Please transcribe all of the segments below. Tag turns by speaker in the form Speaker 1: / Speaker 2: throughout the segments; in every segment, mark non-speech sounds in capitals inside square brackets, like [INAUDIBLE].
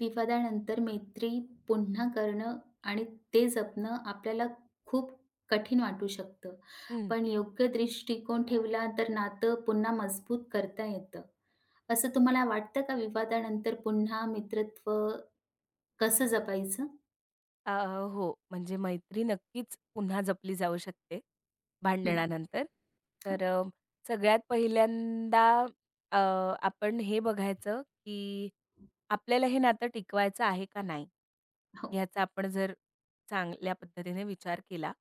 Speaker 1: विवादानंतर मैत्री पुन्हा करणं आणि ते जपणं आपल्याला खूप कठीण वाटू शकतं.
Speaker 2: हं.
Speaker 1: पण योग्य दृष्टिकोन ठेवला तर नातं पुन्हा मजबूत करता येतं. असं तुम्हाला वाटतं का विवादानंतर पुन्हा मित्रत्व कसं जपायचं?
Speaker 2: अ, हो, म्हणजे मैत्री नक्कीच पुन्हा जपली जाऊ शकते
Speaker 1: हं,
Speaker 2: भांडणानंतर.
Speaker 1: हां,
Speaker 2: तर सगळ्यात पहिल्यांदा अ, आपण हे बघायचं, की आपल्याला हे नातं टिकवायचं आहे का नाही?
Speaker 1: हो,
Speaker 2: ह्याचा आपण जर चांगल्या पद्धतीने विचार केला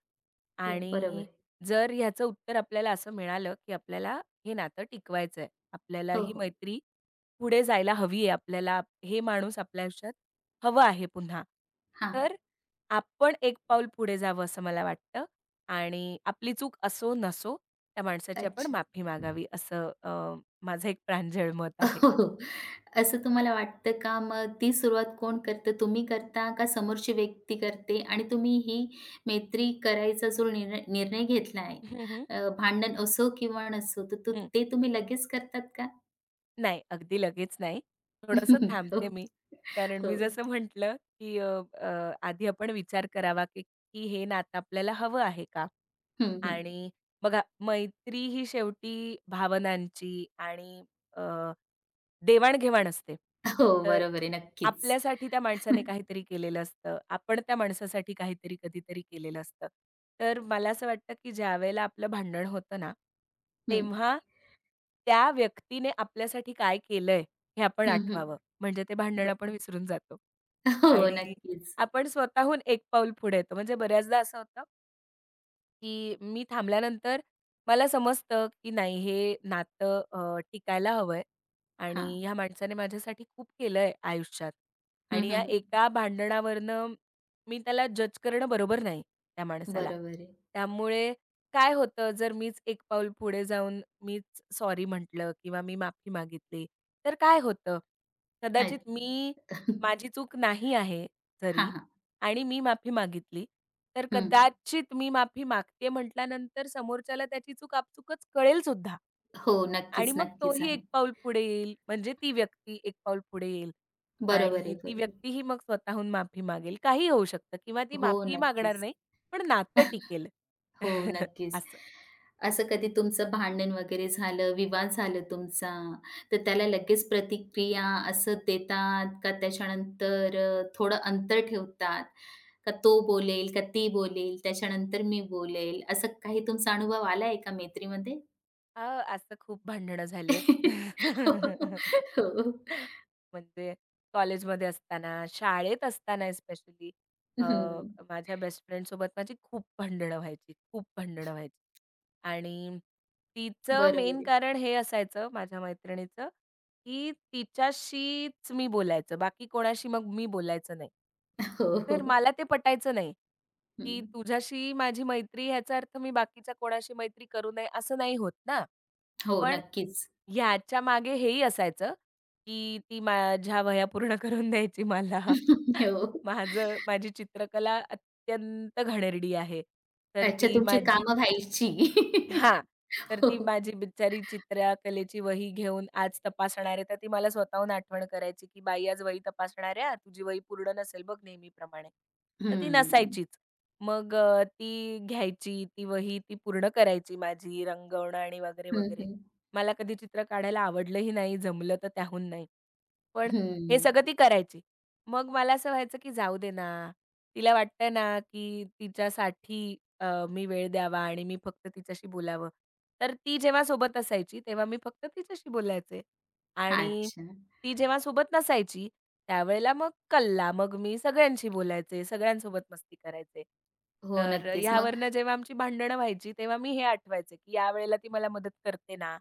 Speaker 1: हो, बरोबर
Speaker 2: आणि
Speaker 1: आहे.
Speaker 2: जर ह्याचं उत्तर आपल्याला असं मिळालं, की आपल्याला हे नातं टिकवायचं आहे. आपल्याला
Speaker 1: हो,
Speaker 2: ही
Speaker 1: हो.
Speaker 2: मैत्री पुढे जायला हवी आहे. आपल्याला हे माणूस आपल्या आयुष्यात हवं आहे पुन्हा.
Speaker 1: हां,
Speaker 2: तर आपण एक पाऊल पुढे जावं असं मला वाटतं आणि आपली चूक असो नसो, त्या माणसाची आपण
Speaker 1: अच्छा.
Speaker 2: माफी मागावी असं माझं एक प्रांजळ मत
Speaker 1: [LAUGHS]
Speaker 2: आहे.
Speaker 1: हो, हो. असं तुम्हाला वाटतं का? मग ती सुरुवात कोण करतं? तुम्ही करता का समोरची व्यक्ती करते? आणि तुम्ही ही मैत्री करायचा जो निर्णय निर्णय घेतला आहे,
Speaker 2: हं, हं.
Speaker 1: भांडण असो किंवा नसो, तर तू
Speaker 2: हं.
Speaker 1: ते तुम्ही लगेच करतात का?
Speaker 2: नाही, अगदी लगेच नाही. थोडंसं
Speaker 1: [LAUGHS] हो,
Speaker 2: थांबते मी. कारण मी
Speaker 1: हो.
Speaker 2: जसं म्हटलं, की अ, अ, आधी आपण विचार करावा, की की हे नातं आपल्याला हवं आहे का?
Speaker 1: हं, हं.
Speaker 2: आणि बघा मैत्री ही शेवटी भावनांची आणि देवाण-घेवाण असते.
Speaker 1: हो,
Speaker 2: तर
Speaker 1: बरोबर आहे. नक्कीच.
Speaker 2: आपल्यासाठी त्या माणसाने काहीतरी केलेलं असतं. आपण त्या माणसासाठी काहीतरी कधीतरी केलेलं असतं. तर मला असं वाटतं, की ज्यावेळेला आपलं भांडण होतं ना,
Speaker 1: हं,
Speaker 2: तेव्हा त्या व्यक्तीने आपल्यासाठी काय केलंय हे आपण
Speaker 1: हं, हं.
Speaker 2: आठवावं. म्हणजे ते
Speaker 1: ब
Speaker 2: भांडण आपण विसरून जातो
Speaker 1: हो,
Speaker 2: आणि
Speaker 1: नक्कीच.
Speaker 2: आपण स्वतःहून एक पाऊल पुढे येतो. म्हणजे बऱ्याचदा असं होतं की मी थांबल्यानंतर मला समजतं, की नाही हे नातं टिकायला हवंय आणि
Speaker 1: हां.
Speaker 2: ह्या माणसाने माझ्यासाठी खूप केलंय आयुष्यात
Speaker 1: हं,
Speaker 2: आणि या
Speaker 1: हं, हं.
Speaker 2: एका भांडणावरनं मी त्याला जज करणं बरोबर नाही त्या माणसाला.
Speaker 1: बरोबर आहे.
Speaker 2: त्यामुळे काय होतं जर मीच एक पाऊल पुढे जाऊन मीच सॉरी म्हटलं किंवा मी माफी मागितली, तर काय होतं? कदाचित
Speaker 1: ऐक
Speaker 2: मी माझी चूक नाही आहे
Speaker 1: हां,
Speaker 2: जरी,
Speaker 1: हां.
Speaker 2: आणि मी माफी मागितली. तर
Speaker 1: हं. [LAUGHS]
Speaker 2: कदाचित मी माफी मागते म्हटल्यानंतर समोरच्याला त्याची चूक आपसुकच कळेल सुद्धा.
Speaker 1: हो,
Speaker 2: आणि
Speaker 1: नक्कीच,
Speaker 2: मग
Speaker 1: नक्कीच
Speaker 2: तोही एक
Speaker 1: आहे.
Speaker 2: पाऊल पुढे येईल, म्हणजे ती व्यक्ती एक पाऊल पुढे येईल
Speaker 1: बरोबर
Speaker 2: आणि
Speaker 1: आहे,
Speaker 2: ती
Speaker 1: बरोबर.
Speaker 2: व्यक्तीही मग स्वतःहून माफी मागेल. काहीही होऊ शकतं किंवा ती
Speaker 1: हो,
Speaker 2: माफी मागणार
Speaker 1: नक्कीच.
Speaker 2: नाही, पण नातं
Speaker 1: [LAUGHS]
Speaker 2: टिकेल.
Speaker 1: हो,
Speaker 2: [LAUGHS]
Speaker 1: नक्कीच.
Speaker 2: असं.
Speaker 1: असं कधी तुमचं भांडण वगैरे झालं, विवाद झालं तुमचा, तर त्याला लगेच प्रतिक्रिया असं देतात का त्याच्यानंतर थोडं अंतर ठेवतात? का तो बोलेल, का ती बोलेल, त्याच्यानंतर मी बोलेल, असा काही तुमचा अनुभव आलाय का मैत्रीमध्ये?
Speaker 2: अ, असं खूप भांडणं झाली
Speaker 1: [LAUGHS] हो,
Speaker 2: आहेत. [LAUGHS]
Speaker 1: हो.
Speaker 2: म्हणजे कॉलेजमध्ये असताना, शाळेत असताना स्पेशली अ,
Speaker 1: हं,
Speaker 2: माझ्या बेस्ट फ्रेंडसोबत माझी खूप भांडणं व्हायची, खूप भांडणं व्हायची. आणि तिचं
Speaker 1: बरोबर
Speaker 2: मेन
Speaker 1: आहे.
Speaker 2: कारण हे असायचं माझ्या मैत्रिणीचं की तिच्याशीच मी बोलायचं. बाकी कोणाशी मग मी बोलायचं नाही.
Speaker 1: हो,
Speaker 2: तर
Speaker 1: हो.
Speaker 2: मला ते पटायचं नाही,
Speaker 1: हं.
Speaker 2: की तुझ्याशी माझी मैत्री ह्याचा अर्थ मी बाकीच्या कोणाशी मैत्री करू नये असं नाही होत ना.
Speaker 1: हो,
Speaker 2: पण
Speaker 1: नक्कीच.
Speaker 2: ह्याच्या मागे हेही असायचं, की ती माझ्या वह्या पूर्ण करून द्यायची मला.
Speaker 1: [LAUGHS]
Speaker 2: [LAUGHS]
Speaker 1: हो.
Speaker 2: माझी चित्रकला अत्यंत घणेरडी आहे. तर
Speaker 1: अच्छा,
Speaker 2: ती
Speaker 1: तुमची
Speaker 2: माझी
Speaker 1: कामं व्हायची.
Speaker 2: हां.
Speaker 1: [LAUGHS]
Speaker 2: तर
Speaker 1: हो.
Speaker 2: ती माझी बिचारी चित्रकलेची वही घेऊन आज तपासणार आहे, तर ती मला स्वतःहून आठवण करायची, की "बाई आज वही तपासणार आहे हां, तुझी वही पूर्ण नसेल बघ नेहमीप्रमाणे." तर ती
Speaker 1: हं.
Speaker 2: नसायचीच. मग ती घ्यायची, ती वही ती पूर्ण करायची माझी रंगवणं आणि वगैरे,
Speaker 1: हं,
Speaker 2: वगैरे.
Speaker 1: हं.
Speaker 2: मला कधी चित्र काढायला आवडलंही नाही, जमलं तर त्याहून नाही. पण हे
Speaker 1: हं.
Speaker 2: सगळं ती करायची. मग मला असं व्हायचं, की जाऊ दे ना, तिला वाटतं ना, की तिच्यासाठी मी वेळ द्यावा आणि मी फक्त तिच्याशी बोलावं. तर ती जेव्हा सोबत असायची, तेव्हा मी फक्त तिच्याशी बोलायचे आणि
Speaker 1: अच्छा.
Speaker 2: ती जेव्हा सोबत नसायची, त्यावेळेला मग कल्ला. मग मी सगळ्यांशी बोलायचे, सगळ्यांसोबत मस्ती करायचे.
Speaker 1: हो,
Speaker 2: तर
Speaker 1: नक्कीच. मग
Speaker 2: ह्यावरनं जेव्हा आमची भांडणं व्हायची, तेव्हा मी हे आठवायचे, की यावेळेला ती मला मदत करते ना.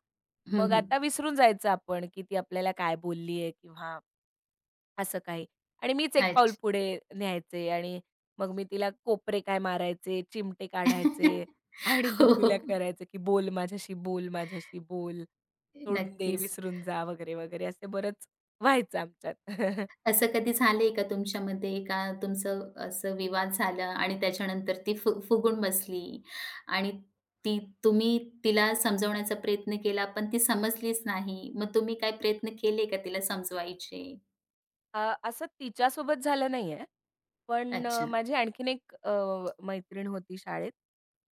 Speaker 1: हं,
Speaker 2: मग
Speaker 1: हं.
Speaker 2: आता विसरून जायचं आपण, की ती आपल्याला काय बोलली आहे किंवा असं काही. आणि मीच एक पाऊल
Speaker 1: अच्छा.
Speaker 2: पुढे न्यायचे आणि मग मी तिला कोपरे काय मारायचे, चिमटे
Speaker 1: [LAUGHS]
Speaker 2: काढायचे आणि
Speaker 1: हो, हो.
Speaker 2: गुदगुल्या करायचे, की "बोल माझ्याशी, बोल माझ्याशी, बोल. सोडून दे,
Speaker 1: नक्कीच.
Speaker 2: विसरून जा" वगैरे, वगैरे असं बरंच व्हायचं आमच्यात. [LAUGHS]
Speaker 1: असं कधी झालंय का तुमच्यामध्ये का तुमचं असं विवाद झाला आणि त्याच्यानंतर ती फुगून बसली आणि ती तुम्ही तिला समजवण्याचा प्रयत्न केला, पण ती समजलीच नाही. मग तुम्ही काय प्रयत्न केले का तिला समजवायचे?
Speaker 2: असं तिच्यासोबत झालं नाहीये. पण
Speaker 1: अच्छा.
Speaker 2: माझी आणखीन एक मैत्रीण होती शाळेत,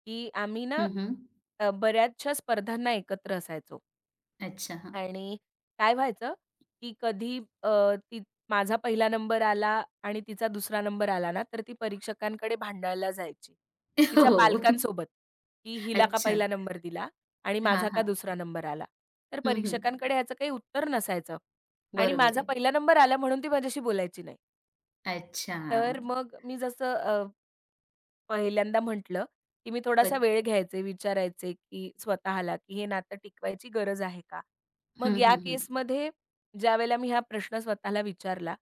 Speaker 2: की आम्ही ना
Speaker 1: हं, हं.
Speaker 2: बऱ्याचशा स्पर्धांना एकत्र असायचो.
Speaker 1: अच्छा. हां.
Speaker 2: आणि काय व्हायचं, की कधी ती माझा पहिला नंबर आला आणि तिचा दुसरा नंबर आला ना, तर ती परीक्षकांकडे भांडायला जायची.
Speaker 1: [LAUGHS]
Speaker 2: तिच्या
Speaker 1: हो.
Speaker 2: पालकांसोबत, की हिला का
Speaker 1: अच्छा.
Speaker 2: पहिला नंबर दिला आणि
Speaker 1: हां,
Speaker 2: माझा का
Speaker 1: हां.
Speaker 2: दुसरा नंबर आला. तर
Speaker 1: हं, हं.
Speaker 2: परीक्षकांकडे ह्याचं काही उत्तर नसायचं आणि
Speaker 1: बरोबर
Speaker 2: माझा
Speaker 1: आहे.
Speaker 2: पहिला नंबर आला म्हणून ती माझ्याशी बोलायची नाही.
Speaker 1: अच्छा.
Speaker 2: तर मग मी जसं पहिल्यांदा म्हटलं, की मी
Speaker 1: अ
Speaker 2: थोडासा वेळ घ्यायचे, विचारायचे, की स्वतःला, की हे नातं टिकवायची गरज आहे का?
Speaker 1: हं,
Speaker 2: मग या
Speaker 1: हं, हं.
Speaker 2: केसमध्ये ज्यावेळेला मी हा प्रश्न स्वतःला विचारला,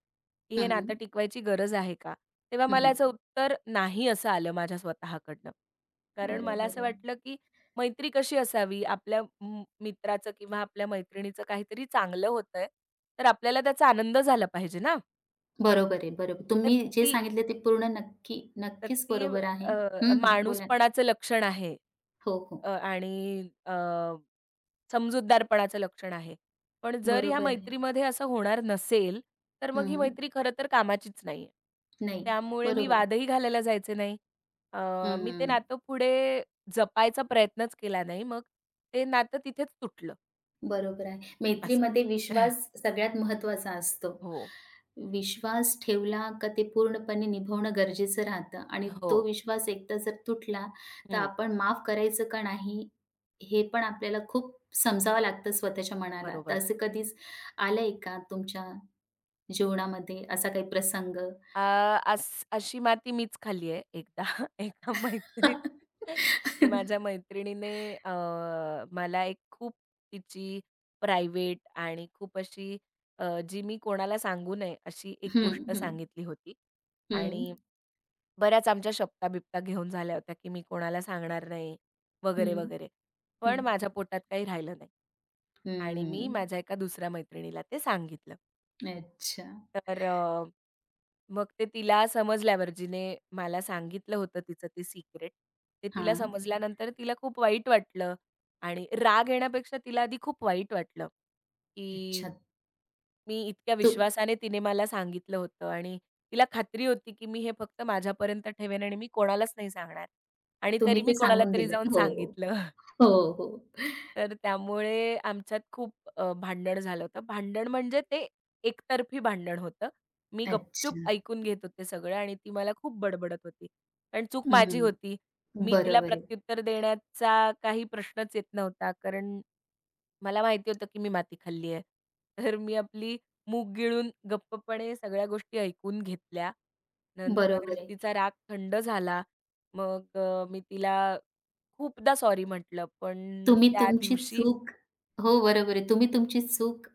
Speaker 2: की हे
Speaker 1: हं,
Speaker 2: नातं टिकवायची गरज आहे का? तेव्हा
Speaker 1: हं,
Speaker 2: मला
Speaker 1: हं.
Speaker 2: याचं उत्तर नाही असं आलं माझ्या स्वतःकडनं. कारण मला असं
Speaker 1: बरोबर आहे.
Speaker 2: वाटलं, की मैत्री कशी असावी? आपल्या म मित्राचं किंवा आपल्या मैत्रिणीचं काहीतरी चांगलं होतंय, तर आपल्याला त्याचा आनंद झाला पाहिजे ना?
Speaker 1: बरोबर आहे, बरोबर.
Speaker 2: तर
Speaker 1: तुम्ही जे
Speaker 2: ती
Speaker 1: सांगितलं ते पूर्ण नक्की
Speaker 2: तर
Speaker 1: नक्कीच
Speaker 2: ती
Speaker 1: बरोबर आहे. हं, हं. बोला
Speaker 2: माणूसपणाचं लक्षण आहे.
Speaker 1: हो, हो.
Speaker 2: आणि समजूतदारपणाचं लक्षण आहे. पण जर ह्या
Speaker 1: बरोबर आहे.
Speaker 2: मैत्रीमध्ये असं होणार नसेल, तर मग ही
Speaker 1: हं.
Speaker 2: मैत्री खरं तर कामाचीच नाहीये.
Speaker 1: नाही,
Speaker 2: त्यामुळे मी
Speaker 1: बरोबर आहे.
Speaker 2: वादही घालायला जायचे नाही. अ, मी ते
Speaker 1: हं.
Speaker 2: नातं पुढे जपायचा प्रयत्नच केला नाही. मग ते नातं तिथेच तुटलं
Speaker 1: बरोबर आहे.
Speaker 2: असं.
Speaker 1: मैत्रीमध्ये
Speaker 2: [LAUGHS]
Speaker 1: विश्वास सगळ्यात महत्त्वाचा असतो.
Speaker 2: हो,
Speaker 1: विश्वास ठेवला का ते पूर्णपणे निभवणं गरजेचं राहतं आणि
Speaker 2: हो.
Speaker 1: तो विश्वास एकदा जर तुटला, तर
Speaker 2: हं,
Speaker 1: आपण माफ करायचं का नाही, हे पण आपल्याला खूप समजावं लागतं स्वतःच्या मनाला. तर
Speaker 2: बरोबर.
Speaker 1: असं कधीच आलंय का तुमच्या जीवनामध्ये असा काही प्रसंग?
Speaker 2: अ, अस अशी माती मीच खाल्ली आहे एकदा. [LAUGHS] एका मैत्रीण
Speaker 1: [LAUGHS]
Speaker 2: की माझ्या मैत्रिणीने अ, मला एक खूप तिची प्रायव्हेट आणि खूप अशी जी मी कोणाला सांगू नये अशी एक
Speaker 1: हं,
Speaker 2: गोष्ट
Speaker 1: हं,
Speaker 2: सांगितली होती.
Speaker 1: हं,
Speaker 2: आणि बऱ्याच आमच्या शब्दा-बिब्टा घेऊन झाल्या होत्या की मी कोणाला सांगणार नाही वगैरे,
Speaker 1: हं,
Speaker 2: वगैरे. पण
Speaker 1: हं,
Speaker 2: माझ्या पोटात काही राहिलं नाही. आणि मी
Speaker 1: हं.
Speaker 2: माझ्या एका दुसऱ्या मैत्रिणीला ते सांगितलं.
Speaker 1: अच्छा.
Speaker 2: तर मग ते तिला समजल्यावर जिने मला सांगितलं होतं तिचं ते सिक्रेट, ते तिला
Speaker 1: हां.
Speaker 2: समजल्यानंतर तिला खूप वाईट वाटलं आणि राग येण्यापेक्षा तिला आधी खूप वाईट वाटलं, की
Speaker 1: अच्छा.
Speaker 2: मी इतक्या
Speaker 1: तू
Speaker 2: विश्वासाने तिने मला सांगितलं होतं आणि तिला खात्री होती, की मी हे फक्त माझ्यापर्यंत ठेवेन आणि मी कोणालाच नाही सांगणार आणि
Speaker 1: तुम्ही
Speaker 2: तरी मी
Speaker 1: ते
Speaker 2: कोणाला
Speaker 1: सांगून
Speaker 2: तरी
Speaker 1: दिलं.
Speaker 2: जाऊन
Speaker 1: हो,
Speaker 2: सांगितलं.
Speaker 1: हो, हो.
Speaker 2: तर त्यामुळे आमच्यात खूप भांडण झालं होतं. भांडण म्हणजे ते एकतर्फी भांडण होतं. मी गपचूप
Speaker 1: अच्छा.
Speaker 2: ऐकून घेत होते सगळं आणि ती मला खूप बडबडत होती. कारण चूक माझी
Speaker 1: हं.
Speaker 2: होती. मी तिला
Speaker 1: बरोबर आहे,
Speaker 2: प्रत्युत्तर देण्याचा काही प्रश्नच येत नव्हता. कारण मला माहिती होतं, की मी माती खाल्ली आहे. तर मी आपली मूग गिळून गप्पपणे सगळ्या गोष्टी ऐकून घेतल्या. नंतर
Speaker 1: बरोबर आहे.
Speaker 2: तिचा राग थंड झाला. मग मी तिला खूपदा सॉरी म्हटलं. पण
Speaker 1: तुम्ही
Speaker 2: त्या
Speaker 1: तुमची
Speaker 2: दिवशी
Speaker 1: चूक हो, बरोबर आहे. तुम्ही तुमची चूक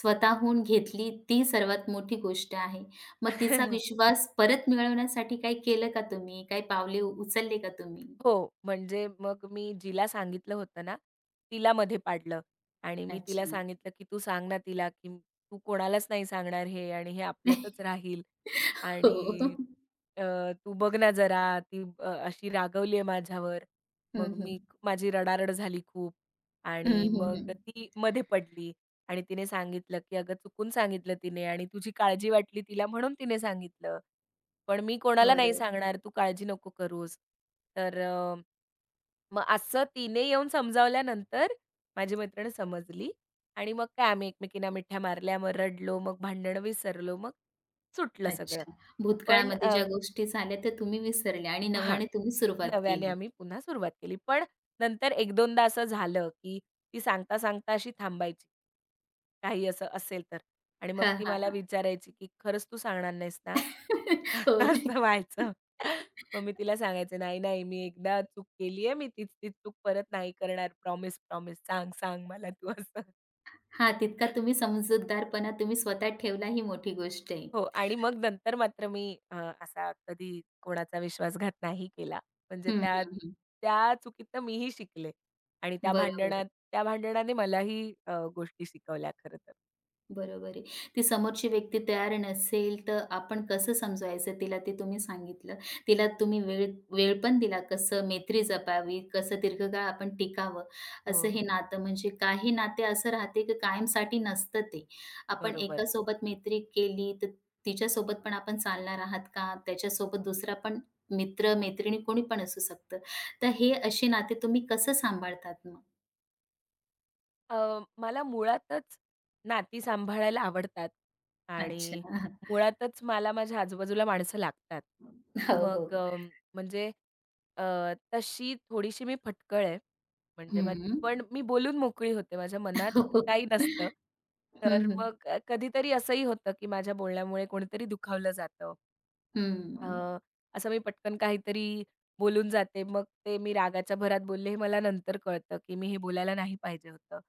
Speaker 1: स्वतःहून घेतली ती सर्वात मोठी गोष्ट आहे. मग तिचा
Speaker 2: [LAUGHS]
Speaker 1: विश्वास परत मिळवण्यासाठी काही केलं का तुम्ही? काही पावले उचलले का तुम्ही?
Speaker 2: हो, म्हणजे मग मी जिला सांगितलं होतं ना, तिला मध्ये पाडलं आणि मी तिला
Speaker 1: अच्छा.
Speaker 2: सांगितलं, की "तू सांग ना तिला, की तू कोणालाच नाही सांगणार हे आणि हे आपल्यातच राहील
Speaker 1: हो.
Speaker 2: आणि अ, तू बघ ना जरा ती अशी रागवली आहे माझ्यावर."
Speaker 1: हं,
Speaker 2: मग
Speaker 1: हं.
Speaker 2: मी माझी रडारड झाली खूप
Speaker 1: हं,
Speaker 2: आणि
Speaker 1: हं, हं.
Speaker 2: मग ती मध्ये पडली आणि तिने सांगितलं, की "अगं चुकून सांगितलं तिने आणि तुझी काळजी वाटली तिला म्हणून तिने सांगितलं." पण मी कोणाला नाही
Speaker 1: बरोबर.
Speaker 2: सांगणार, तू काळजी नको करूस. तर मग असं तिने येऊन समजावल्यानंतर माझी मैत्रीण समजली आणि मग काय आम्ही एकमेकींना मिठ्या मारल्या, मग रडलो, मग भांडणं विसरलो, मग सुटलं सगळं.
Speaker 1: अच्छा.
Speaker 2: पण
Speaker 1: भूतकाळामध्ये ज्या गोष्टी झाल्या त्या तुम्ही विसरल्या आणि
Speaker 2: हां,
Speaker 1: नव्याने तुम्ही सुरुवात
Speaker 2: नव्याने
Speaker 1: केली.
Speaker 2: आम्ही पुन्हा सुरुवात केली. पण नंतर 1-2दा असं झालं, की ती सांगता-सांगता अशी थांबायची, काही असं असेल तर आणि मग
Speaker 1: हां,
Speaker 2: ती
Speaker 1: हां,
Speaker 2: मला
Speaker 1: हां.
Speaker 2: विचारायची, की "खरंच तू सांगणार नाहीस ना?"
Speaker 1: [LAUGHS] हो,
Speaker 2: [LAUGHS]
Speaker 1: नक्की.
Speaker 2: असं व्हायचं. मग मी तिला सांगायचे, "नाही, नाही, मी एकदा चूक केली आहे. मी तीच-तीच चूक परत नाही करणार. Promise, promise. सांग, सांग मला तू." असं.
Speaker 1: हां, तितका तुम्ही समजूतदारपणा तुम्ही स्वतः ठेवला ही मोठी गोष्ट आहे.
Speaker 2: हो आणि मग नंतर मात्र मी अ, असा कधी कोणाचा विश्वासघात नाही केला. म्हणजे
Speaker 1: हं,
Speaker 2: त्या
Speaker 1: हं, हं.
Speaker 2: त्या चुकीतनं मीही शिकले आणि त्या
Speaker 1: बरोबर
Speaker 2: भांडणात
Speaker 1: आहे.
Speaker 2: त्या भांडणाने मलाही गोष्टी शिकवल्या खरं तर.
Speaker 1: बरोबर आहे. ती समोरची व्यक्ती तयार नसेल, तर आपण कसं समजवायचं तिला ते तुम्ही सांगितलं. तिला तुम्ही वेळ वेळ पण दिला, कसं मैत्री जपावी, कसं दीर्घकाळ आपण टिकावं.
Speaker 2: हो,
Speaker 1: असं हे
Speaker 2: हो.
Speaker 1: नातं म्हणजे काही नाते असं राहते, की कायमसाठी नसतं ते. आपण
Speaker 2: बरोबर.
Speaker 1: एकासोबत मैत्री केली, तर तिच्यासोबत पण आपण चालणार आहात का? त्याच्यासोबत दुसरा पण मित्र, मैत्रिणी कोणी पण असू शकतं. तर हे असे नाते तुम्ही कसं सांभाळतात मग?
Speaker 2: मला मुळातच नाती सांभाळायला आवडतात आणि
Speaker 1: अच्छा.
Speaker 2: मुळातच मला माझ्या आजूबाजूला माणसं लागतात.
Speaker 1: हो,
Speaker 2: मग
Speaker 1: हो.
Speaker 2: म्हणजे अ, तशी थोडीशी मी फटकळ आहे. म्हणजे मग
Speaker 1: हं.
Speaker 2: पण मी बोलून मोकळी होते. माझ्या मनात
Speaker 1: हो, हो.
Speaker 2: काही नसतं. तर
Speaker 1: हं, हं.
Speaker 2: मग कधीतरी असंही होतं, की माझ्या बोलण्यामुळे कोणीतरी दुखावलं जातं.
Speaker 1: हं.
Speaker 2: अ, असं मी पटकन काहीतरी बोलून जाते. मग ते मी रागाच्या भरात बोलले हे मला नंतर कळतं, की मी हे बोलायला नाही पाहिजे होतं.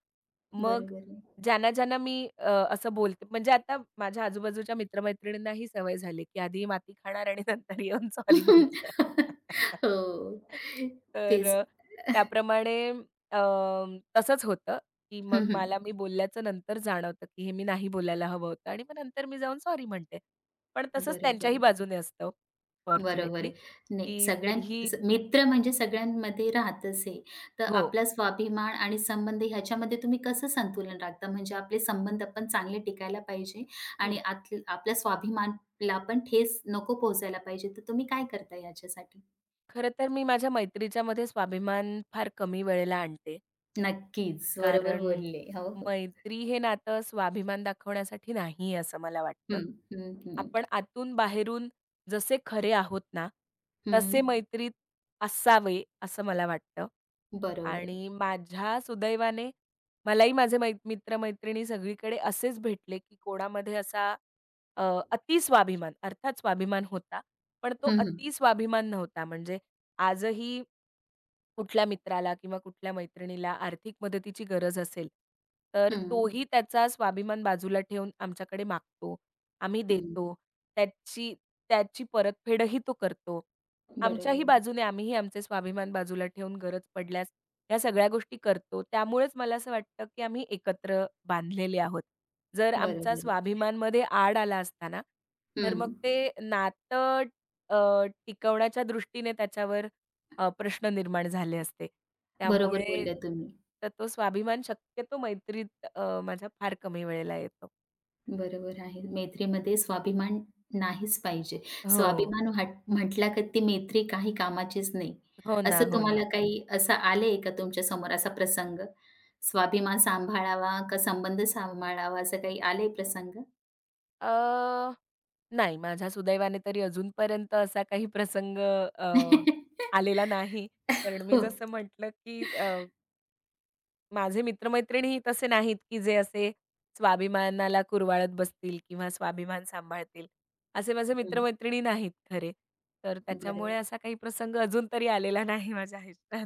Speaker 2: मग
Speaker 1: बरोबर आहे.
Speaker 2: ज्यांना-ज्यांना मी असं बोलते म्हणजे आता माझ्या आजूबाजूच्या मित्र-मैत्रिणींना ही सवय झाली, की आधी माती खाणार आणि नंतर येऊन सॉरी म्हणणार. [LAUGHS]
Speaker 1: [LAUGHS] हो.
Speaker 2: तर
Speaker 1: तेच.
Speaker 2: त्याप्रमाणे अ, तसंच होतं, की मग
Speaker 1: हं, हं.
Speaker 2: मला मी बोलल्याचं नंतर जाणवतं, की हे मी नाही बोलायला हवं होतं आणि मग नंतर मी जाऊन सॉरी म्हणते. पण तसंच
Speaker 1: बरोबर
Speaker 2: त्यांच्याही
Speaker 1: आहे.
Speaker 2: बाजूने असतं.
Speaker 1: बरोबर
Speaker 2: फॉर्च्युनेटली,
Speaker 1: आहे. नाही
Speaker 2: की
Speaker 1: सगळ्यां
Speaker 2: तेही
Speaker 1: स मित्र म्हणजे सगळ्यांमध्ये राहतच आहे. तर
Speaker 2: हो.
Speaker 1: आपला स्वाभिमान आणि संबंध ह्याच्यामध्ये तुम्ही कसं संतुलन राखता? म्हणजे आपले संबंध पण चांगले टिकायला पाहिजे आणि
Speaker 2: हं.
Speaker 1: आत आपल्या स्वाभिमानला पण ठेस नको पोहोचायला पाहिजे. तर तुम्ही काय करता याच्यासाठी?
Speaker 2: खरं तर मी माझ्या मैत्रीच्यामध्ये स्वाभिमान फार कमी वेळेला आणते.
Speaker 1: नक्कीच. बरोबर
Speaker 2: कारण
Speaker 1: बोलले. हो, हो.
Speaker 2: मैत्री हे नातं स्वाभिमान दाखवण्यासाठी नाही आहे, असं मला वाटतं.
Speaker 1: हं, हं, हं.
Speaker 2: आपण आतून बाहेरून जसे खरे आहोत ना,
Speaker 1: हं,
Speaker 2: तसे मैत्रीत असावे, असं मला वाटतं.
Speaker 1: बरोबर आहे.
Speaker 2: आणि माझ्या सुदैवाने मलाही माझे मित्र-मैत्रिणी सगळीकडे असेच भेटले, की कोणामध्ये असा अ, अति स्वाभिमान अर्थात स्वाभिमान होता, पण तो
Speaker 1: हं, हं.
Speaker 2: अति स्वाभिमान नव्हता. म्हणजे आजही कुठल्या मित्राला किंवा कुठल्या मैत्रिणीला आर्थिक मदतीची गरज असेल, तर
Speaker 1: हं,
Speaker 2: तोही त्याचा स्वाभिमान बाजूला ठेवून आमच्याकडे मागतो. आम्ही
Speaker 1: हं.
Speaker 2: देतो. त्याची त्याची परतफेडही तो करतो.
Speaker 1: बरोबर
Speaker 2: आमच्याही
Speaker 1: आहे.
Speaker 2: बाजूने आम्हीही आमचे स्वाभिमान बाजूला ठेवून गरज पडल्यास ह्या सगळ्या गोष्टी करतो. त्यामुळेच मला असं वाटतं, की आम्ही एकत्र बांधलेले आहोत. जर आमचा
Speaker 1: बरोबर आहे.
Speaker 2: स्वाभिमानमध्ये आड आला असता ना, तर
Speaker 1: हं.
Speaker 2: मग ते नातं अ, टिकवण्याच्या दृष्टीने त्याच्यावर प्रश्न निर्माण झाले असते.
Speaker 1: बरोबर
Speaker 2: त्यामुळे
Speaker 1: बोलल्या तुम्ही.
Speaker 2: तर तो स्वाभिमान शक्यतो मैत्रीत माझा फार कमी वेळेला येतो.
Speaker 1: बरोबर आहे. मैत्रीमध्ये स्वाभिमान नाहीच पाहिजे.
Speaker 2: हो.
Speaker 1: स्वाभिमान वाट म्हटला का ती मैत्री काही कामाचीच नाही.
Speaker 2: हो ना,
Speaker 1: असं
Speaker 2: हो ना.
Speaker 1: तुम्हाला काही असं आलंय का तुमच्या समोर असा प्रसंग? स्वाभिमान सांभाळावा का संबंध सांभाळावा असं काही आलंय प्रसंग?
Speaker 2: अ, नाही माझ्या सुदैवाने तरी अजूनपर्यंत असा काही प्रसंग आलेला नाही. कारण
Speaker 1: [LAUGHS]
Speaker 2: मी
Speaker 1: हो.
Speaker 2: जसं म्हटलं, की माझे मित्र-मैत्रिणीही तसे नाहीत, की जे असे स्वाभिमानाला कुरवाळत बसतील किंवा स्वाभिमान सांभाळतील. असे माझे
Speaker 1: हं,
Speaker 2: मित्र-मैत्रिणी नाहीत खरे. तर त्याच्यामुळे
Speaker 1: बरोबर.
Speaker 2: असा काही प्रसंग अजून तरी आलेला नाही माझ्या आयुष्यात.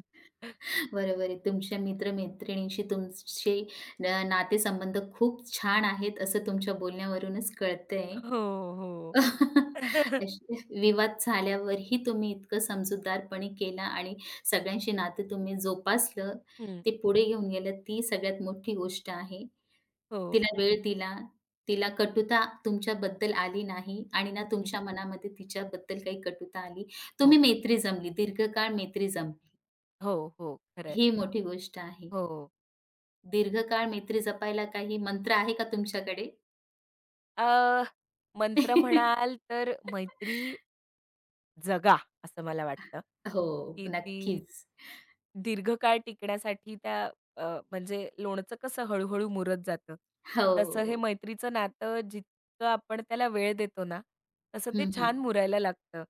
Speaker 1: बरोबर आहे. तुमच्या मित्र-मैत्रिणींशी तुमचे नातेसंबंध खूप छान आहेत, असं तुमच्या बोलण्यावरूनच कळतंय.
Speaker 2: हो, हो.
Speaker 1: [LAUGHS]
Speaker 2: [LAUGHS]
Speaker 1: असे विवाद झाल्यावरही तुम्ही इतकं समजूतदारपणे केला आणि सगळ्यांशी नातं तुम्ही जोपासलं,
Speaker 2: हं,
Speaker 1: ते पुढे घेऊन गेलं, ती सगळ्यात मोठी गोष्ट आहे.
Speaker 2: हो.
Speaker 1: तिला वेळ दिला, तिला कटुता तुमच्याबद्दल आली नाही आणि ना
Speaker 2: हं,
Speaker 1: तुमच्या मनामध्ये तिच्याबद्दल काही कटुता आली. तुम्ही
Speaker 2: हो,
Speaker 1: मैत्री जमली, दीर्घकाळ मैत्री जमली,
Speaker 2: हो, हो. खरं
Speaker 1: ही मोठी गोष्ट आहे.
Speaker 2: हो.
Speaker 1: दीर्घकाळ मैत्री जपायला काही मंत्र आहे का तुमच्याकडे?
Speaker 2: अ, मंत्र म्हणाल तर
Speaker 1: [LAUGHS]
Speaker 2: मैत्री जगा, असं मला वाटतं,
Speaker 1: हो,
Speaker 2: की ती
Speaker 1: नक्कीच.
Speaker 2: दीर्घकाळ टिकण्यासाठी त्या अ, म्हणजे लोणचं कसं हळू-हळू मुरत जातं, तसं हे
Speaker 1: हो.
Speaker 2: मैत्रीचं नातं जितकं आपण त्याला वेळ देतो ना, तसं ते
Speaker 1: हं, हं.
Speaker 2: छान मुरायला लागतं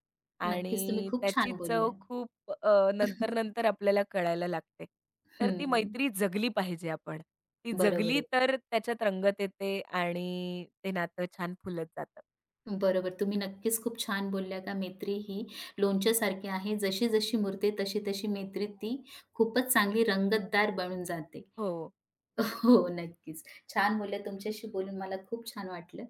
Speaker 1: नक्कीच तुम्ही
Speaker 2: आणि
Speaker 1: खूप
Speaker 2: त्याची
Speaker 1: छान
Speaker 2: चव
Speaker 1: बोलल्या.
Speaker 2: खूप नंतर-नंतर आपल्याला कळायला लागते. तर ती
Speaker 1: हं,
Speaker 2: मैत्री जगली पाहिजे आपण. ती
Speaker 1: बरोबर
Speaker 2: जगली
Speaker 1: आहे.
Speaker 2: तर त्याच्यात रंगत येते आणि ते नातं छान फुलत जातं.
Speaker 1: बरोबर. तुम्ही नक्कीच खूप छान बोलल्या का मैत्री ही लोणच्यासारखी आहे. जशी-जशी मुरते तशी-तशी मैत्री ती खूपच चांगली रंगतदार बनून जाते.
Speaker 2: हो.
Speaker 1: हो, नक्कीच. छान बोलल्या. तुमच्याशी बोलून मला खूप छान वाटलं.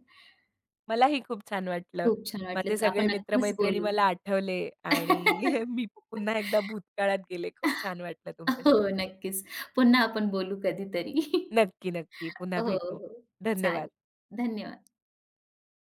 Speaker 2: मलाही खूप छान वाटलं.
Speaker 1: खूप छान
Speaker 2: माझे
Speaker 1: वाटलं.
Speaker 2: सगळे
Speaker 1: आपण
Speaker 2: मित्र
Speaker 1: नक्कीच बोलू.
Speaker 2: मला आठवले आणि [LAUGHS]
Speaker 1: [LAUGHS]
Speaker 2: मी पुन्हा एकदा भूतकाळात गेले. खूप छान वाटलं
Speaker 1: हो,
Speaker 2: तुमच्याशी बोलून.
Speaker 1: नक्कीच. पुन्हा आपण बोलू कधीतरी.
Speaker 2: नक्की, नक्की.
Speaker 1: [LAUGHS]
Speaker 2: पुन्हा
Speaker 1: हो,
Speaker 2: भेटू.
Speaker 1: हो. चालेल.
Speaker 2: धन्यवाद.
Speaker 1: धन्यवाद.